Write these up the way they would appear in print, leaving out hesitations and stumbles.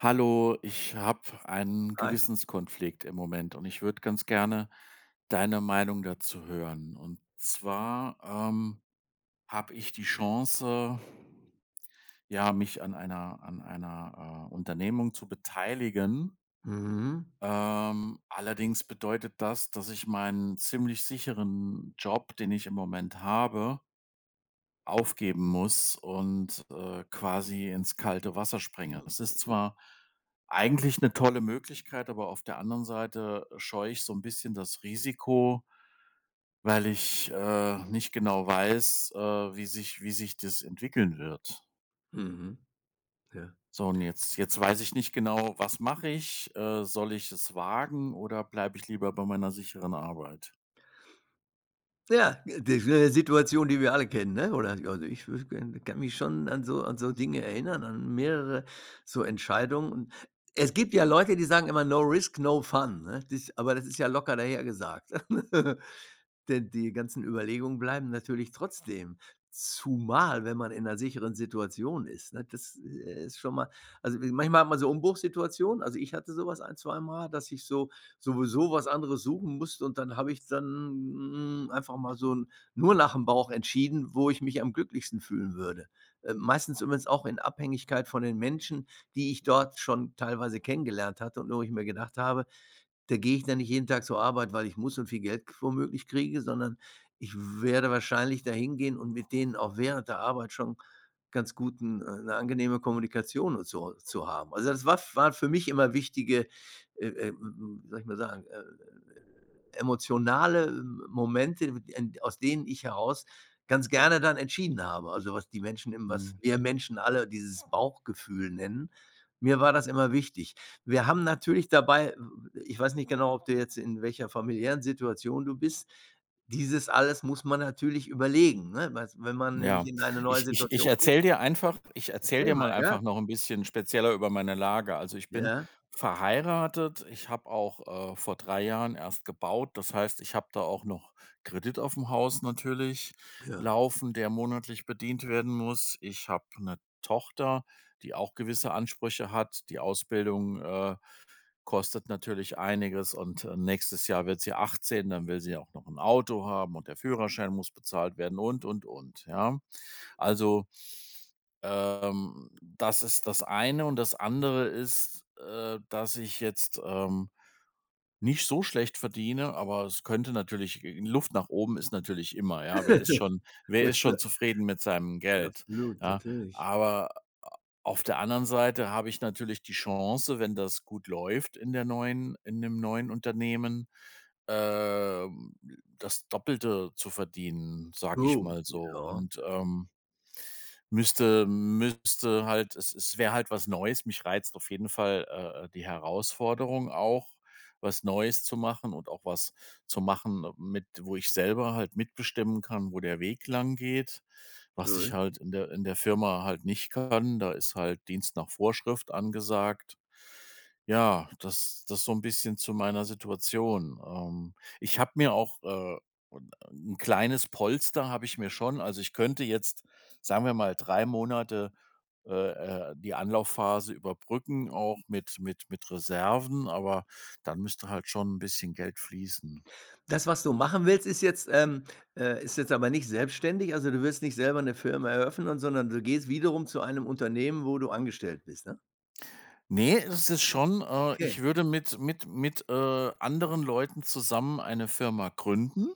Hallo, ich habe einen Ei. Gewissenskonflikt im Moment und ich würde ganz gerne deine Meinung dazu hören. Und zwar habe ich die Chance, ja, mich an an einer Unternehmung zu beteiligen. Mhm, Allerdings bedeutet das, dass ich meinen ziemlich sicheren Job, den ich im Moment habe, aufgeben muss und, quasi ins kalte Wasser springe. Es ist zwar eigentlich eine tolle Möglichkeit, aber auf der anderen Seite scheue ich so ein bisschen das Risiko, weil ich nicht genau weiß, wie sich das entwickeln wird. mhm, ja. So, und jetzt weiß ich nicht genau, was mache ich? Soll ich es wagen oder bleibe ich lieber bei meiner sicheren Arbeit? Ja, das ist 'ne Situation, die wir alle kennen, ne? Oder also, ich würde kann kann mich schon an so Dinge erinnern, an mehrere so Entscheidungen. Und es gibt ja Leute, die sagen immer: „No risk, no fun", ne? Das aber das ist ja locker dahergesagt. Denn die ganzen Überlegungen bleiben natürlich trotzdem, zumal wenn man in einer sicheren Situation ist, ne? Das ist schon mal also, manchmal hat man so Umbruchssituationen. Also, ich hatte sowas ein, zwei Mal, dass ich so sowieso was anderes suchen musste und dann habe ich dann einfach mal so 'n nur nach dem Bauch entschieden, wo ich mich am glücklichsten fühlen würde. Meistens übrigens auch in Abhängigkeit von den Menschen, die ich dort schon teilweise kennengelernt hatte und wo ich mir gedacht habe: Da gehe ich dann nicht jeden Tag zur Arbeit, weil ich muss und viel Geld womöglich kriege, sondern ich werde wahrscheinlich dahin gehen und mit denen auch während der Arbeit schon ganz guten 'ne angenehme Kommunikation und so zu haben. Also, das war f waren für mich immer wichtige, wie soll ich mal sagen, emotionale Momente, en aus denen ich heraus ganz gerne dann entschieden habe. Also, was die Menschen im was Mhm. wir Menschen alle dieses Bauchgefühl nennen. Mir war das immer wichtig. Wir haben natürlich dabei Ich weiß nicht genau, ob du jetzt in welcher familiären Situation du bist. Dieses alles muss man natürlich überlegen, ne? Was, wenn man nämlich Ja, in eine neue Situation geht. Ich erzähle Erzähl dir mal, mal ja? einfach noch ein bisschen spezieller über meine Lage. Also, ich bin Ja, verheiratet, ich habe auch, vor 3 Jahren erst gebaut. Das heißt, ich habe da auch noch Kredit auf dem Haus natürlich ja. laufen, der monatlich bedient werden muss. Ich habe eine Tochter, die auch gewisse Ansprüche hat. Die Ausbildung kostet natürlich einiges und, nächstes Jahr wird sie 18, dann will sie auch noch ein Auto haben und der Führerschein muss bezahlt werden und, ja? Also, das ist das eine und das andere ist, dass ich jetzt, nicht so schlecht verdiene, aber es könnte natürlich Luft nach oben ist natürlich immer, ja. Wer ist schon wer Ja ist klar, schon zufrieden mit seinem Geld, absolut, ja? natürlich. Aber auf der anderen Seite habe ich natürlich die Chance, wenn das gut läuft in der neuen in dem neuen Unternehmen, ähm, das Doppelte zu verdienen, sag ich Oh, mal so. ja, Und, müsste halt es wäre halt was Neues. Mich reizt auf jeden Fall, die Herausforderung auch, was Neues zu machen und auch was zu machen mit wo ich selber halt mitbestimmen kann, wo der Weg lang geht was ich gut. halt in der Firma halt nicht kann. Da ist halt Dienst nach Vorschrift angesagt. Ja, das das so ein bisschen zu meiner Situation. Ich habe mir auch, 'n kleines Polster habe ich mir schon also, ich könnte jetzt, sagen wir mal, 3 Monate, äh, die Anlaufphase überbrücken, auch mit mit Reserven, aber dann müsste halt schon ein bisschen Geld fließen. Das, was du machen willst, ist jetzt aber nicht selbstständig, also du wirst nicht selber eine Firma eröffnen, sondern du gehst wiederum zu einem Unternehmen, wo du angestellt bist, ne? Ne, es ist schon, Okay. ich würde mit mit anderen Leuten zusammen eine Firma gründen,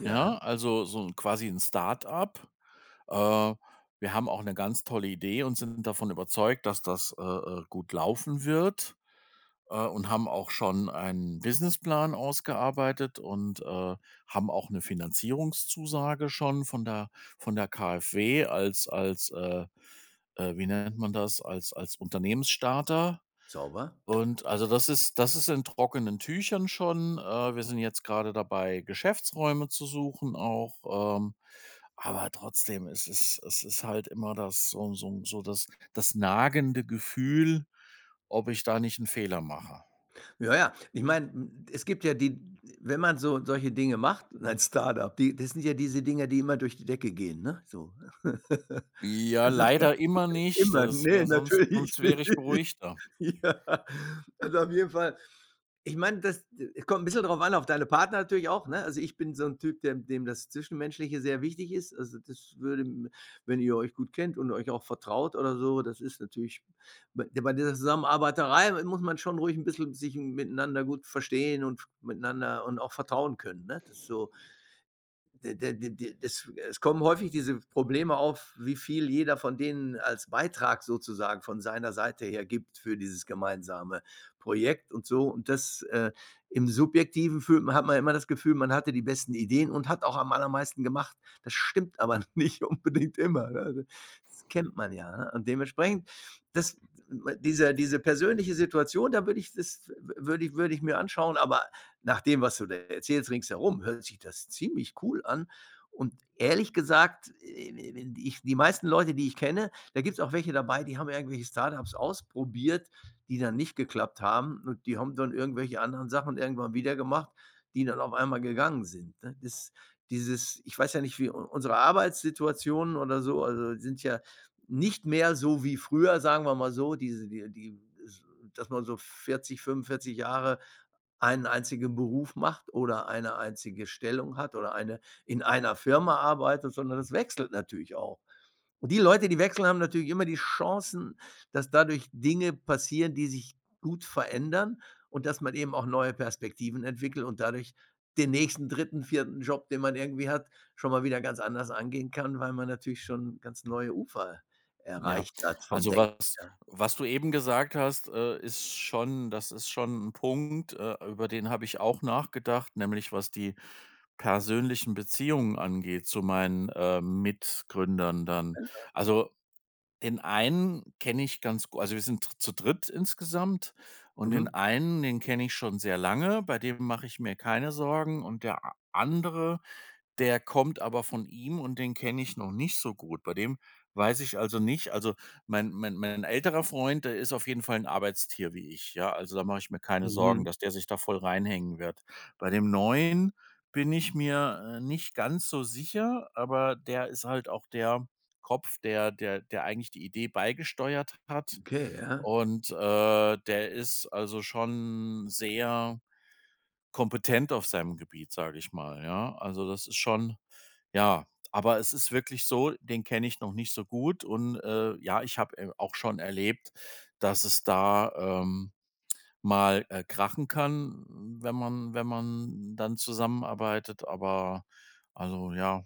Ja, ja, also so 'n quasi ein Start-up. Äh, wir haben auch eine ganz tolle Idee und sind davon überzeugt, dass das, gut laufen wird, und haben auch schon einen Businessplan ausgearbeitet und, haben auch eine Finanzierungszusage schon von der KfW als wie nennt man das, als als Unternehmensstarter. sauber. Und also das ist in trockenen Tüchern schon. Wir sind jetzt gerade dabei, Geschäftsräume zu suchen auch, ähm, aber trotzdem, es ist halt immer das das nagende Gefühl, ob ich da nicht einen Fehler mache. Ja, ja. Ich meine, es gibt ja die wenn man so solche Dinge macht ein Startup. Die das sind ja diese Dinger, die immer durch die Decke gehen, ne, so. Ja, Da sagt man leider immer jetzt nicht. immer: Das „Ne, wäre sonst natürlich sonst nicht." wäre ich beruhigter. Ja, also auf jeden Fall. Ich meine, das es kommt ein bisschen drauf an, auf deine Partner natürlich auch, ne? Also, ich bin so ein Typ, dem das Zwischenmenschliche sehr wichtig ist. Also, das würde m wenn ihr euch gut kennt und euch auch vertraut oder so, das ist natürlich bei dieser Zusammenarbeiterei muss man schon ruhig ein bisschen sich miteinander gut verstehen und miteinander und auch vertrauen können, ne? Das ist so. D d d d es es kommen häufig diese Probleme auf, wie viel jeder von denen als Beitrag sozusagen von seiner Seite her gibt für dieses gemeinsame Projekt und so. Und das, äh, im Subjektiven fühlt man hat man immer das Gefühl, man hatte die besten Ideen und hat auch am allermeisten gemacht. Das stimmt aber nicht unbedingt immer, ne? Also, das kennt man ja, ne? Und dementsprechend, das diese diese persönliche Situation, da würde ich das würde ich mir anschauen, aber nach dem, was du da erzählst ringsherum, hört sich das ziemlich cool an. Und ehrlich gesagt, die meisten Leute, die ich kenne, da gibt's auch welche dabei, die haben irgendwelche Startups ausprobiert, die dann nicht geklappt haben und die haben dann irgendwelche anderen Sachen irgendwann wieder gemacht, die dann auf einmal gegangen sind, ne? Das, dieses, ich weiß ja nicht, wie u unsere Arbeitssituationen oder so, also, sind ja nicht mehr so wie früher, sagen wir mal so, diese die die dass man so 40, 45 Jahre einen einzigen Beruf macht oder eine einzige Stellung hat oder eine in einer Firma arbeitet, sondern das wechselt natürlich auch. Und die Leute, die wechseln, haben natürlich immer die Chancen, dass dadurch Dinge passieren, die sich gut verändern und dass man eben auch neue Perspektiven entwickelt und dadurch den nächsten dritten vierten Job, den man irgendwie hat, schon mal wieder ganz anders angehen kann, weil man natürlich schon ganz neue Ufer Ja, erreicht hat vom also Denken was her. was du eben gesagt hast, ist schon ein Punkt, über den habe ich auch nachgedacht, nämlich was die persönlichen Beziehungen angeht zu meinen, Mitgründern dann. Also, den einen kenne ich ganz gut, also, wir sind zu dritt insgesamt und den Mhm. einen, den kenne ich schon sehr lange, bei dem mache ich mir keine Sorgen und der a andere der kommt aber von ihm und den kenne ich noch nicht so gut. Bei dem weiß ich also nicht also, mein älterer Freund, der ist auf jeden Fall ein Arbeitstier wie ich, ja? Also, da mache ich mir keine Mhm. Sorgen, dass der sich da voll reinhängen wird. Bei dem Neuen bin ich mir, nicht ganz so sicher, aber der ist halt auch der Kopf, der eigentlich die Idee beigesteuert hat Okay, ja. und, der ist also schon sehr kompetent auf seinem Gebiet, sage ich mal, ja? Also, das ist schon ja, aber es ist wirklich so, den kenne ich noch nicht so gut und, ja, ich habe, auch schon erlebt, dass es da, mal krachen kann, wenn man dann zusammenarbeitet, aber also, ja,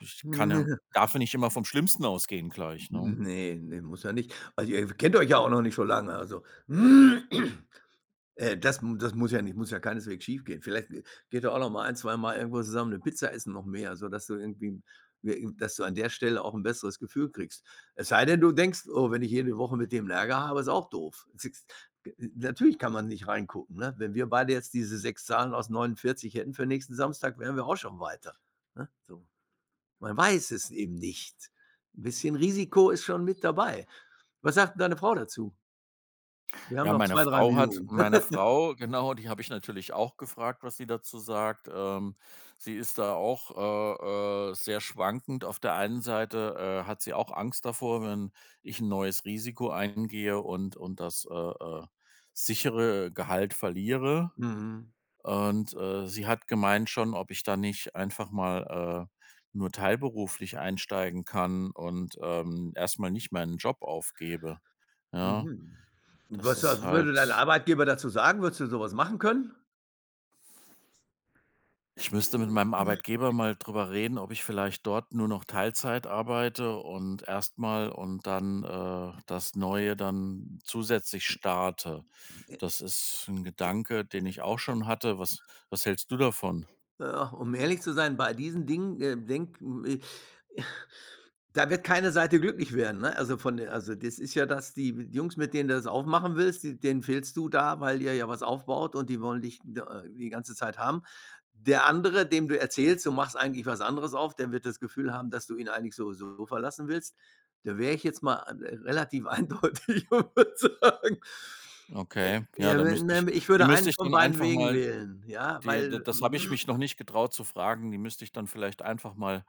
ich kann ja darf ja nicht immer vom Schlimmsten ausgehen gleich, ne? Ne, ne, muss ja nicht. Also, ihr kennt euch ja auch noch nicht so lange, also, das muss ja nicht muss ja keineswegs schiefgehen. Vielleicht, geht ihr auch noch mal ein, zwei Mal irgendwo zusammen eine Pizza essen, noch mehr, sodass du irgendwie wir dass du an der Stelle auch ein besseres Gefühl kriegst. Es sei denn, du denkst: „Oh, wenn ich jede Woche mit dem Ärger habe, ist auch doof." Es ist. Natürlich kann man nicht reingucken, ne? Wenn wir beide jetzt diese 6 Zahlen aus 49 hätten für nächsten Samstag, wären wir auch schon weiter, ne? So. Man weiß es eben nicht. Ein bisschen Risiko ist schon mit dabei. Was sagt 'n deine Frau dazu? Wir haben Ja, noch zwei, drei Minuten. meine Frau, genau, die habe ich natürlich auch gefragt, was sie dazu sagt. Sie ist da auch, sehr schwankend. Auf der einen Seite, hat sie auch Angst davor, wenn ich ein neues Risiko eingehe und das, sichere Gehalt verliere. Mhm, Und, sie hat gemeint schon, ob ich da nicht einfach mal, nur teilberuflich einsteigen kann und, erst nicht meinen Job aufgebe. Ja, mhm. das Was ist würde dein halt Arbeitgeber dazu sagen? Würdest du sowas machen können? ich müsste mit meinem Nein. Arbeitgeber mal drüber reden, ob ich vielleicht dort nur noch Teilzeit arbeite und erstmal und dann, das Neue dann zusätzlich starte. Äh, Das ist ein äh, Gedanke, den ich auch schon hatte. Was was hältst du davon? ja, um ehrlich zu sein, bei diesen Dingen, denk da wird keine Seite glücklich werden, ne? Also, von der, also, das ist ja das, die Jungs, mit denen du das aufmachen willst, die denen fehlst du da, weil ihr ja was aufbaut und die wollen dich d die ganze Zeit haben. Der andere, dem du erzählst, du machst eigentlich was anderes auf, der wird das Gefühl haben, dass du ihn eigentlich so verlassen willst. Da wäre ich jetzt mal relativ eindeutig und würde sagen, Okay, ja, ja, da wenn müsste ich ich die würde müsste einen ich von dann beiden einfach Wegen mal wählen, ja, Die d weil das habe ich mich noch nicht getraut zu fragen. Die müsste ich dann vielleicht einfach mal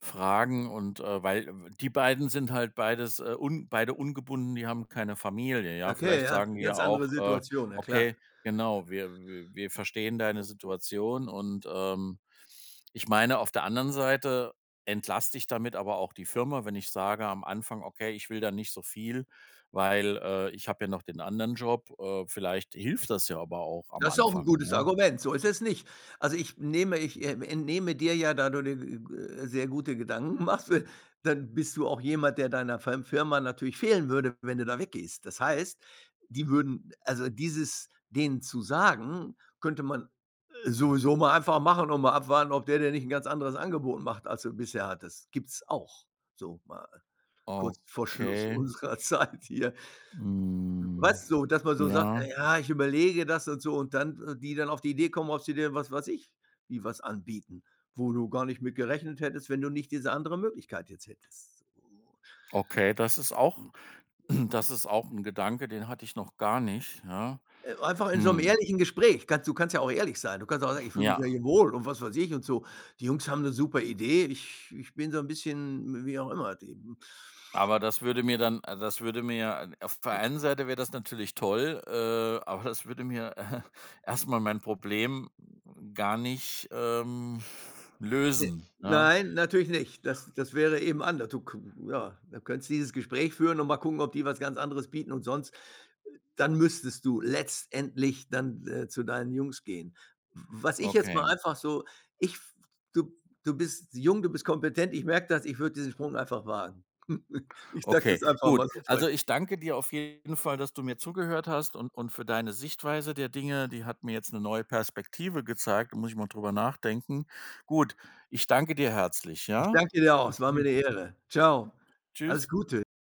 fragen und, weil die beiden sind halt beides, un beide ungebunden, die haben keine Familie, ja? okay, Vielleicht ja, sagen die ja ganz andere auch, Situation, ja klar. „Okay, genau, wir verstehen deine Situation“ und, ich meine, auf der anderen Seite entlaste ich damit aber auch die Firma, wenn ich sage am Anfang: „Okay, ich will da nicht so viel, weil, ich habe ja noch den anderen Job.“ Vielleicht hilft das ja aber auch am Das ist auch 'n Anfang, gutes ja? Argument, so ist es nicht. Also, ich entnehme dir ja, da du dir g g sehr gute Gedanken machst, dann bist du auch jemand, der deiner Firma natürlich fehlen würde, wenn du da weggehst. Das heißt, die würden also, dieses denen zu sagen, könnte man, sowieso mal einfach machen und mal abwarten, ob der dir nicht 'n ganz anderes Angebot macht, als du bisher hattest. Gibt's auch, so mal kurz vor Schluss Okay, unserer Zeit hier. hm, Was, so, dass man so sagt: ja, „Ja, ich überlege das" und so und dann, die dann auf die Idee kommen, ob sie dir, was weiß ich, wie was anbieten, wo du gar nicht mit gerechnet hättest, wenn du nicht diese andere Möglichkeit jetzt hättest. So. okay, das ist auch das ist auch ein Gedanke, den hatte ich noch gar nicht, ja. Einfach in so einem Hm, ehrlichen Gespräch, kannst du, kannst ja auch ehrlich sein. Du kannst auch sagen: „Ich fühle mich ja ja, hier wohl" und was weiß ich und so. „Die Jungs haben eine super Idee. Ich bin so ein bisschen wie auch immer die." aber das würde mir auf der einen Seite wäre das natürlich toll, aber das würde mir erst mal mein Problem gar nicht, Ne, lösen, ja? nein, natürlich nicht. Das wäre eben anders. Du k Ja, du könntest dieses Gespräch führen und mal gucken, ob die was ganz anderes bieten und sonst dann müsstest du letztendlich dann, zu deinen Jungs gehen. Was ich jetzt Okay. mal einfach so ich f du du bist jung, du bist kompetent, ich merke das, ich würde diesen Sprung einfach wagen. Ich sag's Okay, jetzt einfach gut. mal so Also, frech. ich danke dir auf jeden Fall, dass du mir zugehört hast und für deine Sichtweise der Dinge. Die hat mir jetzt eine neue Perspektive gezeigt. Da muss ich mal drüber nachdenken. Gut, ich danke dir herzlich, Ich ja? danke dir auch, es war mir eine Ehre. Ciao, alles Tschüss. Gute.